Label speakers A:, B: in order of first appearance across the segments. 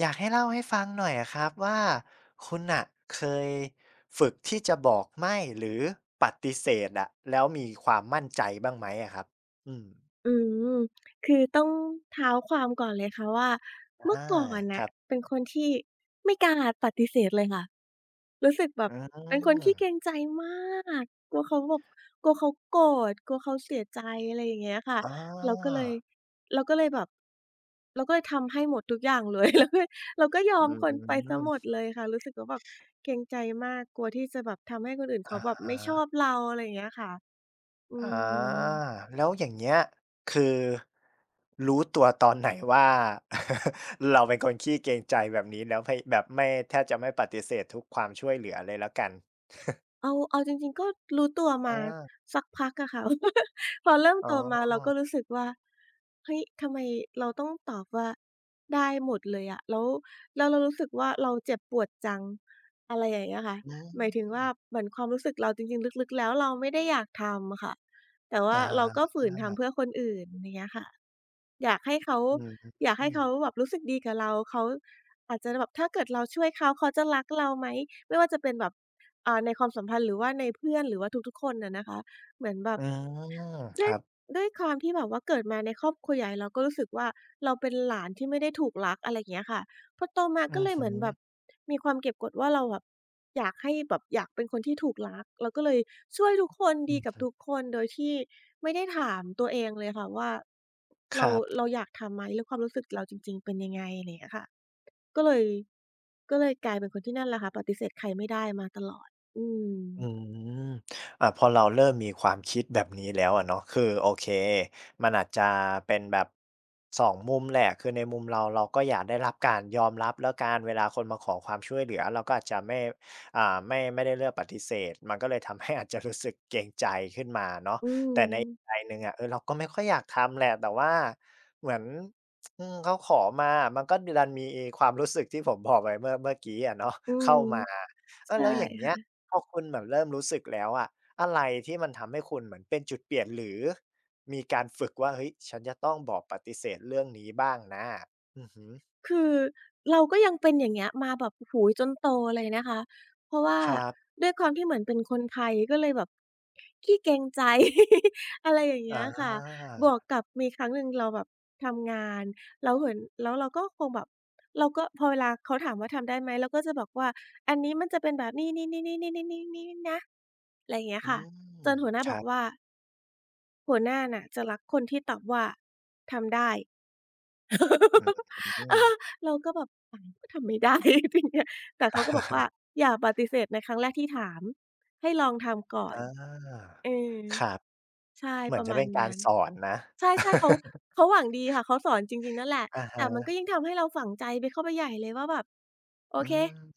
A: อยากให้เล่าให้ฟังหน่อยอะครับว่าคุณน่ะเคยฝึกที่จะบอกไม่หรือปฏิเสธอะแล้วมีความมั่นใจบ้างไหมอะครับอืม
B: อืมคือต้องเท้าความก่อนเลยค่ะว่า
A: อ
B: เมื่อ
A: า
B: ก่อน
A: ค
B: น่ะ
A: รับ
B: เป็นคนที่ไม่กล้าปฏิเสธเลยค่ะรู้สึกแบ
A: อื
B: บเป็นคนขี้เก
A: ม
B: รงใจมากกลัวเขาแบบกลัวเขาโกรธกลัวเขาเสียใจอะไรอย่างเงี้ยค่ะ
A: อ
B: เราก็
A: า
B: เลยเราก็เลยแบบเราก็เลยทำให้หมดทุกอย่างเลย เราก็ยอ
A: อื
B: มคนไปเสียหมด
A: ม
B: เลยค่ะรู้สึกว่าแบบเกรงใจมากกลัวที่จะแบบทำให้คนอื่นเขา
A: อะ
B: แบบไม่ชอ
A: ฮะ
B: บเราอะไรอย่างเงี้ยค่ะอื
A: อา
B: ม
A: แล้วอย่างเงี้ยคือรู้ตัวตอนไหนว่า เราเป็นคนขี้เกรงใจแบบนี้แล้วพยแบบไม่แทบจะไม่ปฏิเสธทุกความช่วยเหลือเลยแล้วกัน
B: เอาจริงๆก็รู้ตัวมา
A: อา
B: สักพักอะค่ะ พอเริ่ม
A: อ๋
B: โตมาเราก็
A: อ
B: รู้สึกว่าเฮ้ยทำไมเราต้องตอบว่าได้หมดเลยอะแล้วแล้วเรารู้สึกว่าเราเจ็บปวดจังอะไรอย่างเงี้ยค่ะ
A: อื
B: หมายถึงว่า
A: ม
B: เหมือนความรู้สึกเราจริงๆลึกๆแล้วเราไม่ได้อยากทำอะค่ะแต่
A: อ
B: ว่าเราก็
A: า
B: ฝืนทำเพื่อคนอื่นอย่างเงี้ยค่ะ อยากให้เขา
A: อืม
B: อยาก
A: อื
B: ให้
A: ม
B: เขาแบบรู้สึกดีกับเราเขาอาจจะแบบถ้าเกิดเราช่วยเขาเขาจะรักเราไหมไม่ว่าจะเป็นแบบในความสัมพันธ์หรือว่าในเพื่อนหรือว่าทุกๆคนอะนะคะเหมือนแบบ
A: อาค
B: ด้วย
A: รับ
B: ด้วยความที่แบบว่าเกิดมาในครอบครัวใหญ่เราก็รู้สึกว่าเราเป็นหลานที่ไม่ได้ถูกรักอะไรอย่างเงี้ยค่ะพอโตมา
A: อื
B: ก็
A: อ
B: เลยเห
A: ฮึ
B: มือนแบบมีความเก็บกดว่าเราแบบอยากให้แบบอยากเป็นคนที่ถูกรักเราก็เลยช่วยทุกคน
A: อื
B: ดี
A: อ
B: กับ
A: ฮึ
B: ทุกคนโดยที่ไม่ได้ถามตัวเองเลยค่ะว่า
A: ค
B: เรา
A: รับ
B: เราอยากทำไหมหรือความรู้สึกเราจริงๆเป็นยังไงอะไรอย่างเงี้ยค่ะก็เลยก็เลยกลายเป็นคนที่นั่นแหละค่ะปฏิเสธใครไม่ได้มาตลอดอืม
A: อืมพอเราเริ่มมีความคิดแบบนี้แล้วอะเนาะคือโอเคมันอาจจะเป็นแบบ2มุมแหละคือในมุมเราเราก็อยากได้รับการยอมรับแล้วการเวลาคนมาขอความช่วยเหลือเราก็อาจจะไม่ไม่ได้เลือกปฏิเสธมันก็เลยทำให้ อาจจะรู้สึกเกรงใจขึ้นมาเนาะ
B: อื
A: แต่
B: ม
A: ในอีกใจหนึ่งอะเออเราก็ไม่ค่อยอยากทำแหละแต่ว่าเหมือนอืมเขาขอมามันก็ดันมีความรู้สึกที่ผมบอกไปเมื่อกี้อะเนาะ
B: อืม
A: เข้ามาเออ
B: ใช่
A: แล้วอย่างเงี้ย พอคุณแบบเริ่มรู้สึกแล้วอะอะไรที่มันทำให้คุณเหมือนเป็นจุดเปลี่ยนหรือมีการฝึกว่าเฮ้ยฉันจะต้องบอกปฏิเสธเรื่องนี้บ้างนะอือฮึ
B: คือเราก็ยังเป็นอย่างเงี้ยมาแบบโอ้โฮจนโตเลยนะคะเพราะว่า
A: ครับ
B: ด้วยความที่เหมือนเป็นคนไทยก็เลยแบบขี้เกรงใจ อะไรอย่างเงี้
A: อา
B: ยค่ะบวกกับมีครั้งหนึ่งเราแบบทำงานแล้วเหมือนแล้วเราก็คงแบบเราก็พอเวลาเขาถามว่าทำได้ไหมเราก็จะบอกว่าอันนี้มันจะเป็นแบบนี้ๆๆๆๆๆๆนะอะไรอย่างเงี้ย
A: อื
B: ค่ะจ
A: ม
B: นหัวหน้า
A: ค
B: บอ
A: รั
B: กว่า
A: บ
B: หัวหน้าน่ะจะรักคนที่ตอบว่าทำได้
A: อื
B: เออ
A: ม
B: เราก็แบบอ้าวก็ทำไม่ได้ ทีเนี้ยแต่เขาก็บอกว่าอย่าปฏิเสธในครั้งแรกที่ถามให้ลองทำก่อน
A: อา
B: เออ
A: ครับ
B: ใช่
A: เหมื
B: ป
A: อน
B: ระ
A: จะ
B: มา
A: เป็
B: ณ
A: นการ
B: นั้น
A: สอนนะ
B: ใช่ใช่เขา เขาหวังดีค่ะเขาสอนจริงๆนั่นแหละ
A: อะ
B: แต่มัน
A: ฮะ
B: ก็ยิ่งทำให้เราฝังใจไปเข้าไปใหญ่เลยว่าแบบโอ
A: อื
B: เค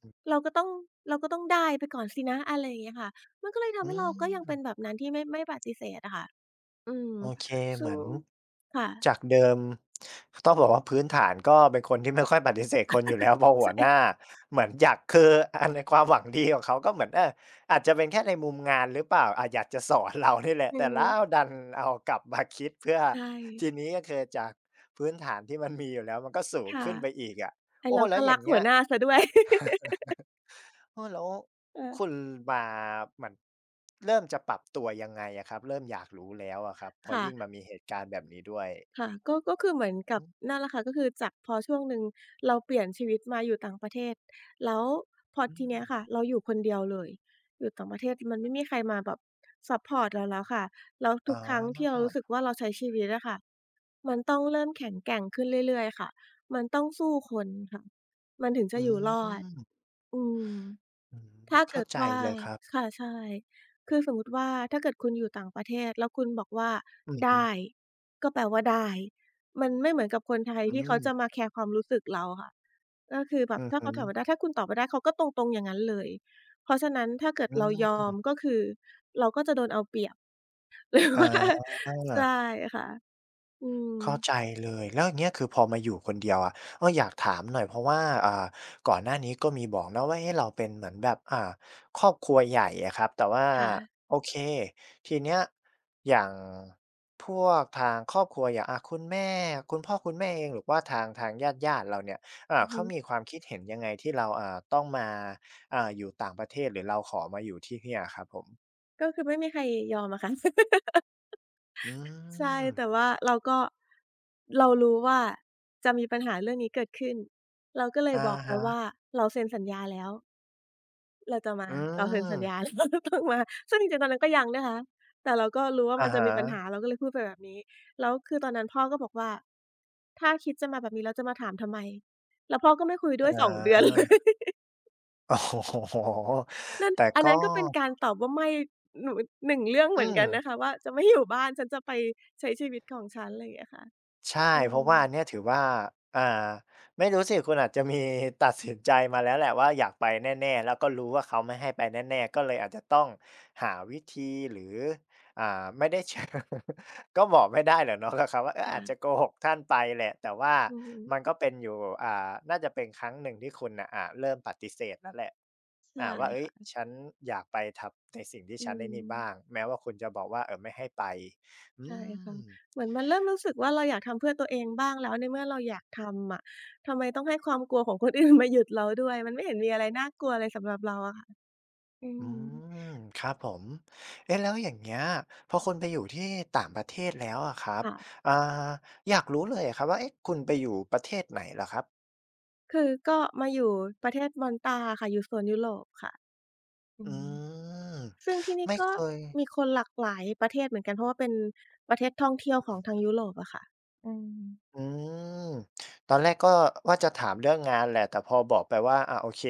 A: ม
B: เราก็ต้องเราก็ต้องได้ไปก่อนสินะอะไรอย่างเงี้ยค่ะมันก็เลย
A: อื
B: ทำให้เราก็ยังเป็นแบ
A: ม
B: บนั้นที่ไม่ปฏิเสธอะค่ะอืม
A: โอเคเห
B: ซึ่ง
A: มือน
B: ค่ะ
A: จากเดิมต้องบอกว่าพื้นฐานก็เป็นคนที่ไม่ค่อยปฏิเสธคนอยู่แล้ว พอหัวหน้า
B: ใช่
A: เหมือนอยากคืออันในความหวังดีของเขาก็เหมือนเอออาจจะเป็นแค่ในมุมงานหรือเปล่าอยากจะสอนเรานี่แหละ
B: อื
A: แต่
B: ม
A: แล้วดันเอากลับมาคิดเพื่อ
B: ใช่
A: ทีนี้ก็คือจากพื้นฐานที่มันมีอยู่แล้วมันก็สูง
B: ค่ะ
A: ขึ้นไปอีกอะ
B: ไอ้
A: โอ้
B: เรา
A: แล้
B: ก็
A: วอ
B: รั
A: ย่า
B: ก
A: ง
B: หั
A: เงี้
B: ว
A: ย
B: หน้าเสียด้วย
A: โอ้แล้ว
B: เออ
A: คุณมาเหมือนเริ่มจะปรับตัวยังไงอะครับเริ่มอยากรู้แล้วอะครับพอ
B: ค่ะ
A: ยิ่งมามีเหตุการณ์แบบนี้ด้วย
B: ค่ะก็คือเหมือนกั
A: อื
B: บ
A: ม
B: นั่นแหละค่ะก็คือจากพอช่วงหนึ่งเราเปลี่ยนชีวิตมาอยู่ต่างประเทศแล้วพอ
A: อื
B: ทีเนี้ย
A: ม
B: ค่ะเราอยู่คนเดียวเลยอยู่ต่างประเทศมันไม่มีใครมาแบบซัปพอร์ตเราแล้วค่ะแล้ว
A: อ๋
B: ทุกครั้งที่
A: อ
B: เรารู้สึกว่าเราใช้ชีวิตอะค่ะมันต้องเริ่มแข็งแกร่งขึ้นเรื่อยๆค่ะมันต้องสู้คนค่ะมันถึงจะ
A: อื
B: อยู่รอด
A: ม
B: อืม
A: อืม
B: ถ้า
A: เข้า
B: เกิด
A: ใจ
B: ว่า
A: เลยครับ
B: ค่ะใช่คือสมมุติว่าถ้าเกิดคุณอยู่ต่างประเทศแล้วคุณบอกว่า
A: อือฮึ
B: ได้ก็แปลว่าได้มันไม่เหมือนกับคนไทย
A: อื
B: ที่เขา
A: ม
B: จะมาแคร์ความรู้สึกเราค่ะก็คือแบบ
A: อือ
B: ถ้า
A: ฮึ
B: เขาถามว่าได้ถ้าคุณตอบว่าได้เขาก็ตรงๆอย่างนั้นเลยเพราะฉะนั้นถ้าเกิด
A: อื
B: เรายอ
A: ม
B: มก็คือเราก็จะโดนเอาเปรียบ หรือว่า
A: อา
B: ใช่ค่ะอืม
A: เข้าใจเลยแล้วอย่างเงี้ยคือพอมาอยู่คนเดียวอะเอออยากถามหน่อยเพราะว่าก่อนหน้านี้ก็มีบอกเนาะว่าเอ๊ะเราเป็นเหมือนแบบครอบครัวใหญ่อะครับแต่ว่า
B: ค่ะ
A: โอเคทีเนี้ยอย่างพวกทางครอบครัวอย่างคุณแม่คุณพ่อคุณแม่เองหรือว่าทางญาติๆเราเนี่ย
B: อือ
A: เขา
B: ฮึ
A: มีความคิดเห็นยังไงที่เราต้องมาอยู่ต่างประเทศหรือเราขอมาอยู่ที่เนี่ยอะครับผม
B: ก็คือไม่มีใครยอมอะค่ะ
A: อื
B: ใช่แต่
A: ม
B: ว่าเราก็เรารู้ว่าจะมีปัญหาเรื่องนี้เกิดขึ้นเราก็เลย
A: อะ
B: บอกไปว่า
A: ฮะ
B: เราเซ็นสัญญาแล้วเราจะมา
A: อืม
B: เราเซ็นสัญญาแล้ว เราต้องมาซึ่งจริงๆตอนนั้นก็ยังนะคะแต่เราก็รู้ว่า
A: อะ
B: มันจะ
A: ฮะ
B: มีปัญหาเราก็เลยพูดไปแบบนี้แล้วคือตอนนั้นพ่อก็บอกว่าถ้าคิดจะมาแบบนี้แล้วจะมาถามทำไมแล้วพ่อก็ไม่คุย
A: อ
B: ด้วย2เดือนเล
A: า
B: ย
A: โอ้โฮ
B: นั่น
A: แต่
B: อัน
A: ก็
B: นั้นก็เป็นการตอบว่าไม่หนูหนึ่งเรื่อง
A: อื
B: เหมือนกันนะคะ
A: ม
B: ว่าจะไม่อยู่บ้านฉันจะไปใช้ชีวิตของฉันอะไรอย่างเงี้ยค่ะ
A: ใช่
B: อื
A: เพ
B: ม
A: ราะว่าอันเนี้ยถือว่าอ่าไม่รู้สิคุณอาจจะมีตัดสินใจมาแล้วแหละว่าอยากไปแน่ๆแล้วก็รู้ว่าเขาไม่ให้ไปแน่ๆก็เลยอาจจะต้องหาวิธีหรือไม่ได้เชิง ก็บอกไม่ได้หรอกเนาะกับเขาว่าเอออาจจะโก
B: ค่ะ
A: หกท่านไปแหละแต่ว่า
B: อือฮึ
A: มันก็เป็นอยู่น่าจะเป็นครั้งหนึ่งที่คุณน่ะเริ่มปฏิเสธแล้วแหละ
B: ใช่
A: ว่าเฮ้ย
B: ค่ะ
A: ฉันอยากไปทำในสิ่งที่
B: อื
A: ฉันไอ้
B: ม
A: นี่บ้างแม้ว่าคุณจะบอกว่าเออไม่ให้ไปอื
B: ใช่ค่ะ
A: ม
B: เหมือนมันเริ่มรู้สึกว่าเราอยากทำเพื่อตัวเองบ้างแล้วในเมื่อเราอยากทำอะทำไมต้องให้ความกลัวของ คนอื่นมาหยุดเราด้วยมันไม่เห็นมีอะไรน่ากลัวเลยสำหรับเราอะค่ะอื
A: อื
B: ม
A: มครับผมเอ๊ะแล้วอย่างเงี้ยพอคุณไปอยู่ที่ต่างประเทศแล้วอะครับ
B: ค่ะ
A: อ่าอยากรู้เลยอะครับว่าเอ๊ะคุณไปอยู่ประเทศไหนเหรอครับ
B: คือก็มาอยู่ประเทศมอนตาอะค่ะอยู่โซนยุโรปค่ะอื
A: อื
B: ม
A: ม
B: ซึ่งที่นี่
A: ไม่
B: ก็
A: เคย
B: มีคนหลากหลายประเทศเหมือนกันเพราะว่าเป็นประเทศท่องเที่ยวของทางยุโรปอะค่ะอืม
A: อืมตอนแรกก็ว่าจะถามเรื่องงานแหละแต่พอบอกไปว่าโอเค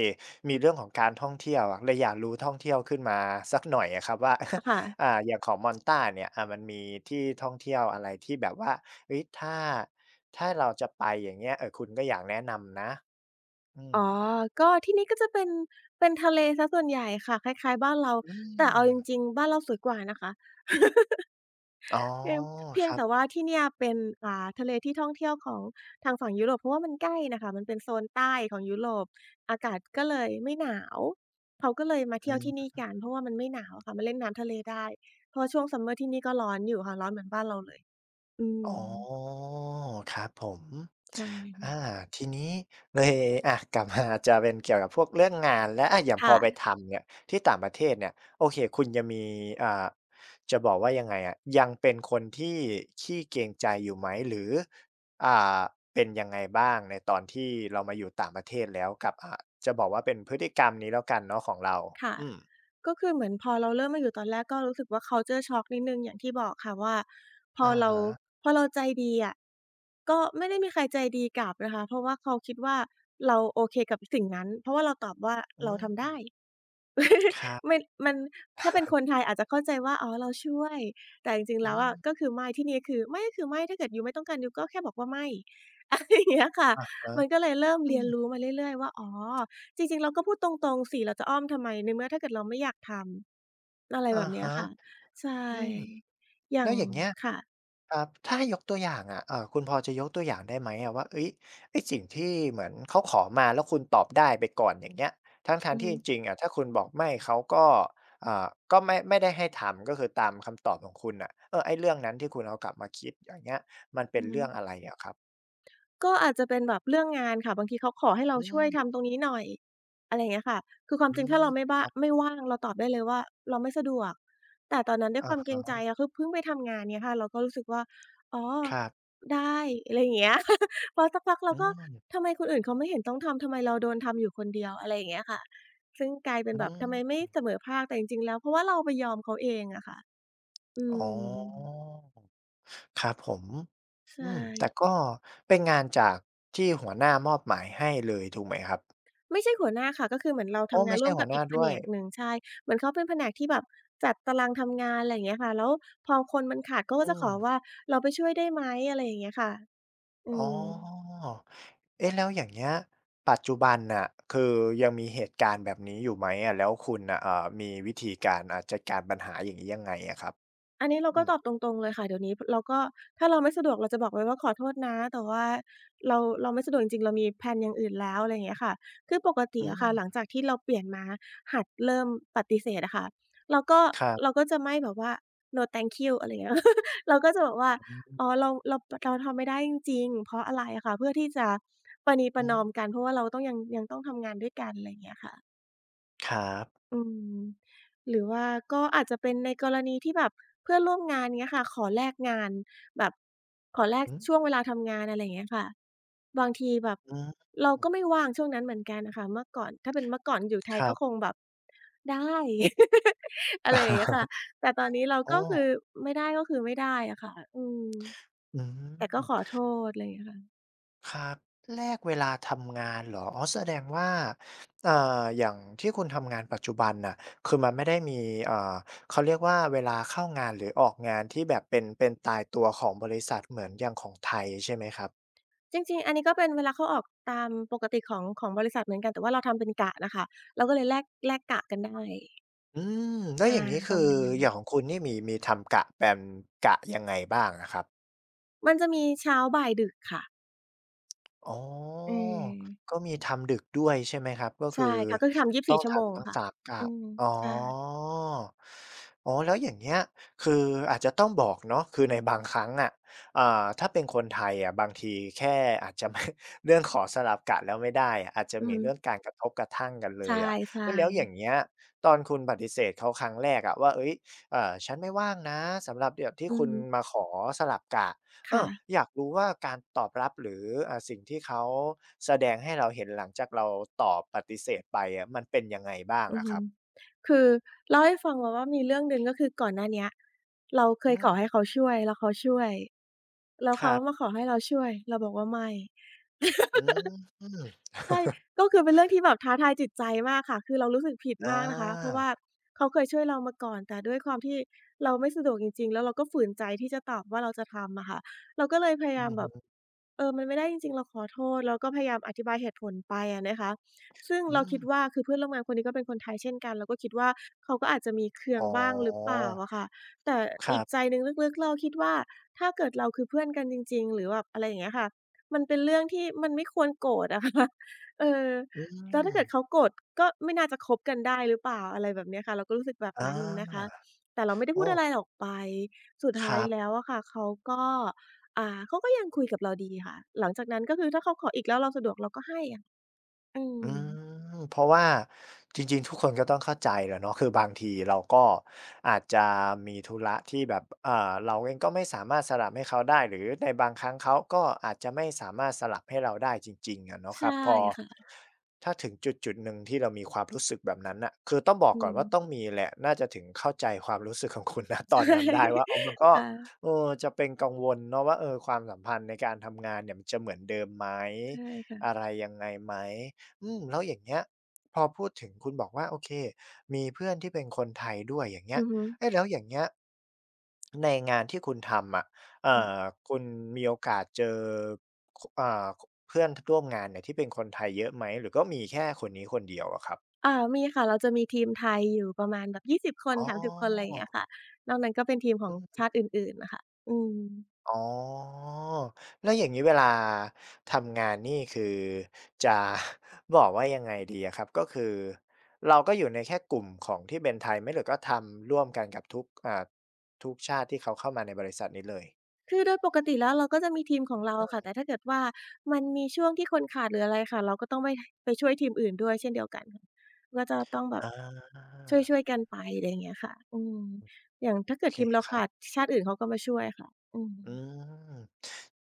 A: มีเรื่องของการท่องเที่ยวอะเลยอยากรู้ท่องเที่ยวขึ้นมาสักหน่อยอะครับว่า
B: ค่ะ
A: อย่างของมอนตาเนี่ยมันมีที่ท่องเที่ยวอะไรที่แบบว่าเฮ้ยถ้าเราจะไปอย่างเงี้ยเออคุณก็อยากแนะนำนะอืม
B: อ๋อก็ที่นี่ก็จะเป็นเป็นทะเลเสียส่วนใหญ่ค่ะคล้ายๆบ้านเรา
A: อื
B: แต่เอาจริ
A: ม
B: งๆบ้านเราสวยกว่านะคะ
A: อ๋อ
B: เพียงเพี
A: ค
B: ยง
A: รั
B: แต่
A: บ
B: ว่าที่เนี่ยเป็นทะเลที่ท่องเที่ยวของทางฝั่งยุโรปเพราะว่ามันใกล้น่ะค่ะมันเป็นโซนใต้ของยุโรปอากาศก็เลยไม่หนาวเขาก็เลยมาเที่ยวที่นี่กันเพราะว่ามันไม่หนาวอะค่ะมาเล่นน้ำทะเลได้เพราะว่าช่วง Summer ที่นี่ก็ร้อนอยู่ค่ะร้อนเหมือนบ้านเราเลยอื
A: อ๋
B: ม
A: อครับผม
B: ใช่
A: อาทีนี้เลยอะกลับมาจะเป็นเกี่ยวกับพวกเรื่องงานแล้วอะอย่างพอไป
B: ค่ะ
A: ทำเนี่ยที่ต่างประเทศเนี่ยโอเคคุณจะมีอ่าจะบอกว่ายังไงอะยังเป็นคนที่ขี้เกรงใจอยู่ไหมหรืออ่าเป็นยังไงบ้างในตอนที่เรามาอยู่ต่างประเทศแล้วกับจะบอกว่าเป็นพฤติกรรมนี้แล้วกันเนาะของเรา
B: ค่ะ
A: อืม
B: ก็คือเหมือนพอเราเริ่มมาอยู่ตอนแรกก็รู้สึกว่า culture shock นิดหนึ่งอย่างที่บอกค่ะว่าพอ
A: อะ
B: เรา
A: ฮะ
B: พอเราใจดีอะก็ไม่ได้มีใครใจดีกลับนะคะเพราะว่าเขาคิดว่าเราโอเคกับสิ่งนั้นเพราะว่าเราตอบว่า
A: อื
B: เราทำ
A: ม
B: ได้
A: ครั
B: มั
A: บ
B: นมันถ้าเป็นคนไทยอาจจะเข้าใจว่าอ๋อเราช่วยแต่จริงๆ
A: อื
B: แล้ว
A: ม
B: อะก็คือไม่ที่นี่คือไม่ก็คือไม่ถ้าเกิดยูไม่ต้องการยูก็แค่บอกว่าไม่ อะไรอย่างเงี้ยค่ะ
A: ครับ
B: มันก็เลยเริ่ม
A: อื
B: เรียนรู้
A: ม
B: มาเรื่อยๆว่าอ๋อจริงๆเราก็พูดตรงๆสิเราจะอ้อมทำไมในเมื่อถ้าเกิดเราไม่อยากทำ อะไรแบ
A: อะ
B: บเนี้ย
A: ฮะ
B: ค่ะใช
A: อืม
B: ่อย่า
A: แล้
B: ง
A: วอย่างเงี้ย
B: ค่ะ
A: ครับถ้าให้ยกตัวอย่างอะคุณพอจะยกตัวอย่างได้ไหมอะว่าเฮ้ยไอ้สิ่งที่เหมือนเขาขอมาแล้วคุณตอบได้ไปก่อนอย่างเงี้ยทั้
B: อื
A: ง
B: อ
A: ๆที่
B: ฮึ
A: จริงๆอะถ้าคุณบอกไม่เขาก็อ่าก็ไม่ได้ให้ทำก็คือตามคำตอบของคุณน่ะเออไอ้เรื่องนั้นที่คุณเอากลับมาคิดอย่างเงี้ยมันเป็
B: อื
A: น
B: อฮึ
A: เรื่องอะไรอะครับ
B: ก็อาจจะเป็นแบบเรื่องงานค่ะบางทีเขาขอให้เรา
A: อื
B: ช่วย
A: ม
B: ทำตรงนี้หน่อยอะไรอย่างเงี้ยค่ะคือความ
A: อื
B: จริงถ้า
A: ม
B: เราไม่
A: ค
B: บ้า
A: รับ
B: ไม่ว่างเราตอบได้เลยว่าเราไม่สะดวกแต่ตอนนั้นด้ว
A: อ
B: ยความเก
A: า
B: รงใจอะคือเพิ่งไปทำงานเงี้ยค่ะเราก็รู้สึกว่าอ๋อ
A: ครับ
B: ได้อะไรอย่างเงี้ย พอสักพักเรา
A: อื
B: ก็
A: ม
B: ทำไมคนอื่นเขาไม่เห็นต้องทำทำไมเราโดนทำอยู่คนเดียวอะไรอย่างเงี้ยค่ะซึ่งกลายเป็
A: อื
B: นแบบทำไมไม่
A: ม
B: เสมอภาคแต่จริงๆแล้วเพราะว่าเราไปยอมเขาเองอะค่ะ อื
A: อ๋อ
B: ม
A: ครับผม
B: ใช่
A: อืมแต่ก็เป็นงานจากที่หัวหน้ามอบหมายให้เลยถูกไหมครับ
B: ไม่ใช่หัวหน้าค่ะก็คือเหมือนเรา
A: โอ้
B: ทำงา
A: ไม่
B: นร่
A: ใช่
B: วม
A: หั
B: กั
A: ว
B: บ
A: ห
B: อี
A: น้า
B: กแผ
A: ด้ว
B: น
A: ย
B: กหนึ่งใช่เหมือนเขาเป็นแผนกที่แบบจัดตารางทำงานอะไรอย่างเงี้ยค่ะแล้วพอคนมันขาดเขาก็
A: อื
B: จะข
A: ม
B: อว่าเราไปช่วยได้ไหมอะไรอย่างเงี้ยค่ะอื
A: อ๋อ
B: ม
A: เอ๊ะแล้วอย่างเงี้ยปัจจุบันน่ะคือยังมีเหตุการณ์แบบนี้อยู่ไหมอะแล้วคุณน่ะมีวิธีการจัดการปัญหาอย่างนี้ยังไงอะครับ
B: อันนี้เรา
A: อื
B: ก็
A: ม
B: ตอบตรงๆเลยค่ะเดี๋ยวนี้เราก็ถ้าเราไม่สะดวกเราจะบอกไว้ว่าขอโทษนะแต่ว่าเราไม่สะดวกจริงๆเรามีแพลนอย่างอื่นแล้วอะไรอย่างเงี้ยค่ะคือปกติ
A: อื
B: อะค่ะหลั
A: ม
B: งจากที่เราเปลี่ยนมาหัดเริ่มปฏิเสธอะค่ะเราก็
A: ครั
B: เรา
A: บ
B: ก็จะไม่แบบว่า "No thank you" อะไรอย่างเงี้ย เราก็จะแบอกว่า
A: อืม
B: อ๋อเราทำไม่ได้จริงๆเพราะอะไรอะค่ะเพื่อที่จะประนีป
A: อื
B: ระน
A: ม
B: อมกันเพราะว่าเราต้องยังต้องทำงานด้วยกันอะไรอย่างเงี้ยค่ะ
A: ครับ
B: อืมหรือว่าก็อาจจะเป็นในกรณีที่แบบเพื่อนร่วมงานเงี้ยค่ะขอแลกงานแบบขอแลก
A: อืม
B: ช่วงเวลาทำงานอะไรอย่างเงี้ยค่ะบางทีแบบ
A: อืม
B: เราก็ไม่ว่างช่วงนั้นเหมือนกันน่ะค่ะเมื่อก่อนถ้าเป็นเมื่อก่อนอยู่ไท
A: ค
B: ย
A: รั
B: ก็คง
A: บ
B: แบบได้ อะไรอย่างเงี้ยค่ะ แต่ตอนนี้เรา
A: โอ้
B: ก็คือไม่ได้ก็คือไม่ได้อะค่ะอืม
A: อื
B: แต่ก็
A: ม
B: ขอโทษอะไรอย่างเงี้ยค่ะ
A: ครับแลกเวลาทำงานเหรออ๋อแสดงว่าอย่างที่คุณทำงานปัจจุบันน่ะคือมันไม่ได้มีเอ่อเขาเรียกว่าเวลาเข้างานหรือออกงานที่แบบเป็นตายตัวของบริษัทเหมือนอย่างของไทยใช่ไหมครับ
B: จริงๆอันนี้ก็เป็นเวลาเข้าออกตามปกติของของบริษัทเหมือนกันแต่ว่าเราทำเป็นกะน่ะค่ะเราก็เลยแลกกะกันได้
A: อืมแล้ว
B: อา
A: อย่างงี้
B: ป
A: คื
B: ระ
A: อ
B: มาณนั้น
A: อย่างของคุณนี่มีทำกะแปมกะยังไงบ้างอะครับ
B: มันจะมีเช้าบ่ายดึกค่ะ
A: อ๋อ
B: เออ
A: ก็มีทำดึกด้วยใช่ไหมครับก็คื
B: ใช่
A: อ
B: ค่ะก็คือทำ
A: ต้อ
B: 24
A: ง
B: ชั่วโมง
A: ทำทั้ง
B: ค่ะ
A: 3กะ
B: อืม
A: อ๋อ
B: ใช่
A: อ๋อแล้วอย่างเงี้ยคืออาจจะต้องบอกเนาะคือในบางครั้งอะถ้าเป็นคนไทยอะบางทีแค่อาจจะไม่ เรื่องขอสลับกะแล้วไม่ได้อะอาจจะ
B: อือ
A: มี
B: ฮึ
A: เรื่องการกระทบกระทั่งกันเล
B: ใช
A: ยอะเฮ้ย
B: ่
A: แล้วอย่างเงี้ยตอนคุณปฏิเสธเขาครั้งแรกอะว่าเฮ้ยฉันไม่ว่างนะสำหรับเดี๋ยวที่
B: ๆอือ
A: คุณ
B: ฮึ
A: มาขอสลับกะ เอ
B: ค่ะ
A: ออยากรู้ว่าการตอบรับหรือสิ่งที่เขาแสดงให้เราเห็นหลังจากเราตอบปฏิเสธไปอะมันเป็นยังไงบ้าง
B: อือ
A: อะค
B: ฮึ
A: รับ
B: คือเล่าให้ฟังมาว่ามีเรื่องหนึ่งก็คือก่อนหน้าเนี้ยเราเค
A: อื
B: ยขอให้
A: ม
B: เขาช่วยแล้วเขาช่วยแล้ว
A: ค
B: เขา
A: รับ
B: มาขอให้เราช่วยเราบอกว่าไม่
A: อืม
B: ใช่ ก็คือเป็นเรื่องที่แบบท้าทายจิตใจมากค่ะ คือเรารู้สึกผิด
A: อ
B: มากนะคะ เพราะ
A: า
B: ว่าเขาเคยช่วยเรามาก่อน แต่ด้วยความที่เราไม่สะดวกจริงๆแล้วเราก็ฝืนใจที่จะตอบว่าเราจะทำอะค่ะเราก็เลยพยา
A: อื
B: ยาม
A: อ
B: แบบ
A: ฮึ
B: อมันไม่ได้จริงๆเราขอโทษแล้วก็พยายามอธิบายเหตุผลไปอะนะคะซึ่ง
A: อื
B: เรา
A: ม
B: คิดว่าคือเพื่อนร่วมงานคนนี้ก็เป็นคนไทยเช่นกันเราก็คิดว่าเขาก็อาจจะมีเคือง
A: อ๋
B: บ้างหรือเป
A: อ
B: ล่าอะค่ะแต่
A: ค
B: อี
A: รั
B: ก
A: บ
B: ใจหนึ่งลึกๆเราคิดว่าถ้าเกิดเราคือเพื่อนกันจริงๆหรือแบบอะไรอย่างเงี้ยค่ะมันเป็นเรื่องที่มันไม่ควรโกรธอะค่ะ เออ
A: อื
B: แล้วถ้า
A: ม
B: เกิดเขาโกรธก็ไม่น่าจะคบกันได้หรือเปล่าอะไรแบบเนี้ยค่ะเราก็รู้สึกแบบ
A: อ
B: นั้นนะคะ
A: า
B: แต่เราไม่ได้
A: โอ้
B: พูดอะไรออกไปสุด
A: ค
B: ท้าย
A: รั
B: แล้
A: บ
B: วอะค่ะเขาก็อ่าเขาก็ยังคุยกับเราดีค่ะหลังจากนั้นก็คือถ้าเขาขออีกแล้วเราสะดวกเราก็ให้อะอืม
A: อืมเพราะว่าจริงๆทุกคนก็ต้องเข้าใจแหละเนาะคือบางทีเราก็อาจจะมีธุระที่แบบเราเองก็ไม่สามารถสลับให้เขาได้หรือในบางครั้งเขาก็อาจจะไม่สามารถสลับให้เราได้จริงๆอะเนาะค
B: ใช่
A: รับพอ
B: ค่ะ
A: ถ้าถึงจุดๆหนึ่งที่เรามีความรู้สึกแบบนั้นน่ะคือต้องบอก
B: อื
A: ก่อน
B: ม
A: ว่าต้องมีแหละน่าจะถึงเข้าใจความรู้สึกของคุณณ ตอน
B: ใช่
A: นั้นได้ว่าเออมันก็
B: ค่ะ
A: เออจะเป็นกังวลเนาะว่าเออความสัมพันธ์ในการทำงานเนี่ยมันจะเหมือนเดิมไหม
B: ใช่
A: อะ
B: ค่ะ
A: ไรยังไงไหม อืมแล้วอย่างเงี้ยพอพูดถึงคุณบอกว่าโอเคมีเพื่อนที่เป็นคนไทยด้วยอย่างเงี้
B: อื
A: ย
B: อฮึ
A: เอ๊ะแล้วอย่างเงี้ยในงานที่คุณทำอะเอ่อ
B: ค่ะ
A: คุณมีโอกาสเจอคอ่าคเพื่อนทร่วมงานเนี่ยที่เป็นคนไทยเยอะไหมหรือก็มีแค่คนนี้คนเดียวอะครับ
B: มีค่ะเราจะมีทีมไทยอยู่ประมาณแบบ20คน
A: อ๋
B: 30คนอะไรอย่าง
A: อ
B: เงี้ยค่ะนอกนั้นก็เป็นทีมขอ
A: อื
B: ง
A: ม
B: ชาติอื่นๆน่ะค่ะอืม
A: อ๋อแล้วอย่างนี้เวลาทำงานนี่คือจะ บอกว่ายังไงดีอะครับก็คือเราก็อยู่ในแค่กลุ่มของที่เป็นไทยไหมหรือก็ทำร่วมกันกับทุกทุกชาติที่เขาเข้ามาในบริษัทนี้เลย
B: คือโดยปกติแล้วเราก็จะมีทีมของเรา
A: อื
B: ค่ะแต่
A: ม
B: ถ้าเกิดว่ามันมีช่วงที่คนขาดหรืออะไรค่ะเราก็ต้องไปไปช่วยทีมอื่นด้วยเช่นเดียวกันค่ะก็จะต้องแบ
A: อ
B: บ
A: า
B: ช่วยๆกันไปอะไรอย่างเงี้ยค่ะอืมอย่างถ้า
A: โอ
B: เกิด
A: เค
B: ทีมเรา
A: ครับ
B: ขาดชาติอื่นเขาก็มาช่วยค่ะอืม
A: อืม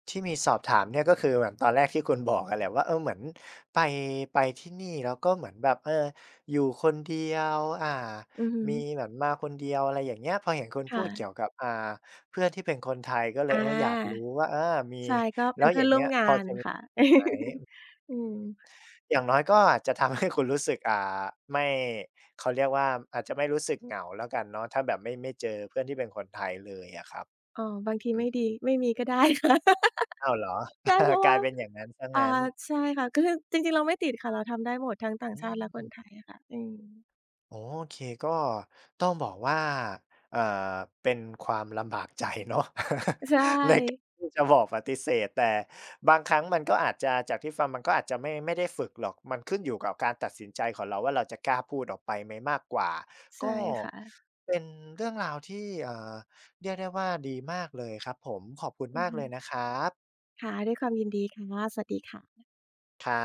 A: ที่มีสอบถามเนี่ยก็คือเหมือนตอนแรกที่คุณบอกอะแหละว่าเออเหมือนไปไปที่นี่แล้วก็เหมือนแบบเอออยู่คนเดียว
B: อือฮึ
A: มีเหมือนมาคนเดียวอะไรอย่างเงี้ยพอเห็นคุณพูดเกี่ยว
B: ค่ะ
A: กับเพื่อนที่เป็นคนไทยก็เล
B: อ
A: ยเอออยาก
B: า
A: รู้ว่าเออมี
B: ใช่ก็เป็นเพื่อนร่วมงานค่ะ
A: ไหม
B: อื
A: อื
B: ม
A: มอย่างน้อยก็อาจจะทำให้คุณรู้สึกไม่เขาเรียกว่าอาจจะไม่รู้สึกเหงาแล้วกันเนาะถ้าแบบไม่เจอเพื่อนที่เป็นคนไทยเลยอะครับ
B: อ๋อบางที
A: อื
B: ไม่
A: ม
B: ดีไม่มีก็ได้ค่ะ
A: อ้าวเหรอ
B: ใช่เพ ราะ
A: กลา
B: ว่า
A: ยเป็นอย่างนั้นเสีย
B: อ่า
A: งั้น
B: ใช่ค่ะก็คือจริงๆเราไม่ติดค่ะเราทำได้หมดทั้งต่าง
A: อื
B: ชาติและคนไท
A: ม
B: ยอะค่ะอืม
A: โอเคก็ต้องบอกว่าเอ่อเป็นความลำบากใจเนาะ
B: ใช่
A: ในการที่จะบอกปฏิเสธแต่บางครั้งมันก็อาจจะจากที่ฟังมันก็อาจจะไม่ได้ฝึกหรอกมันขึ้นอยู่กับการตัดสินใจของเราว่าเราจะกล้าพูดออกไปไหมมากกว่า
B: ใช่
A: ก็
B: ค่ะ
A: เป็นเรื่องราวที่เรียกได้ว่าดีมากเลยครับผมขอบคุณ
B: อือ
A: มาก
B: ฮึ
A: เลยนะครับ
B: ค่ะด้วยความยินดีค่ะสวัสดีค่ะ
A: ครับ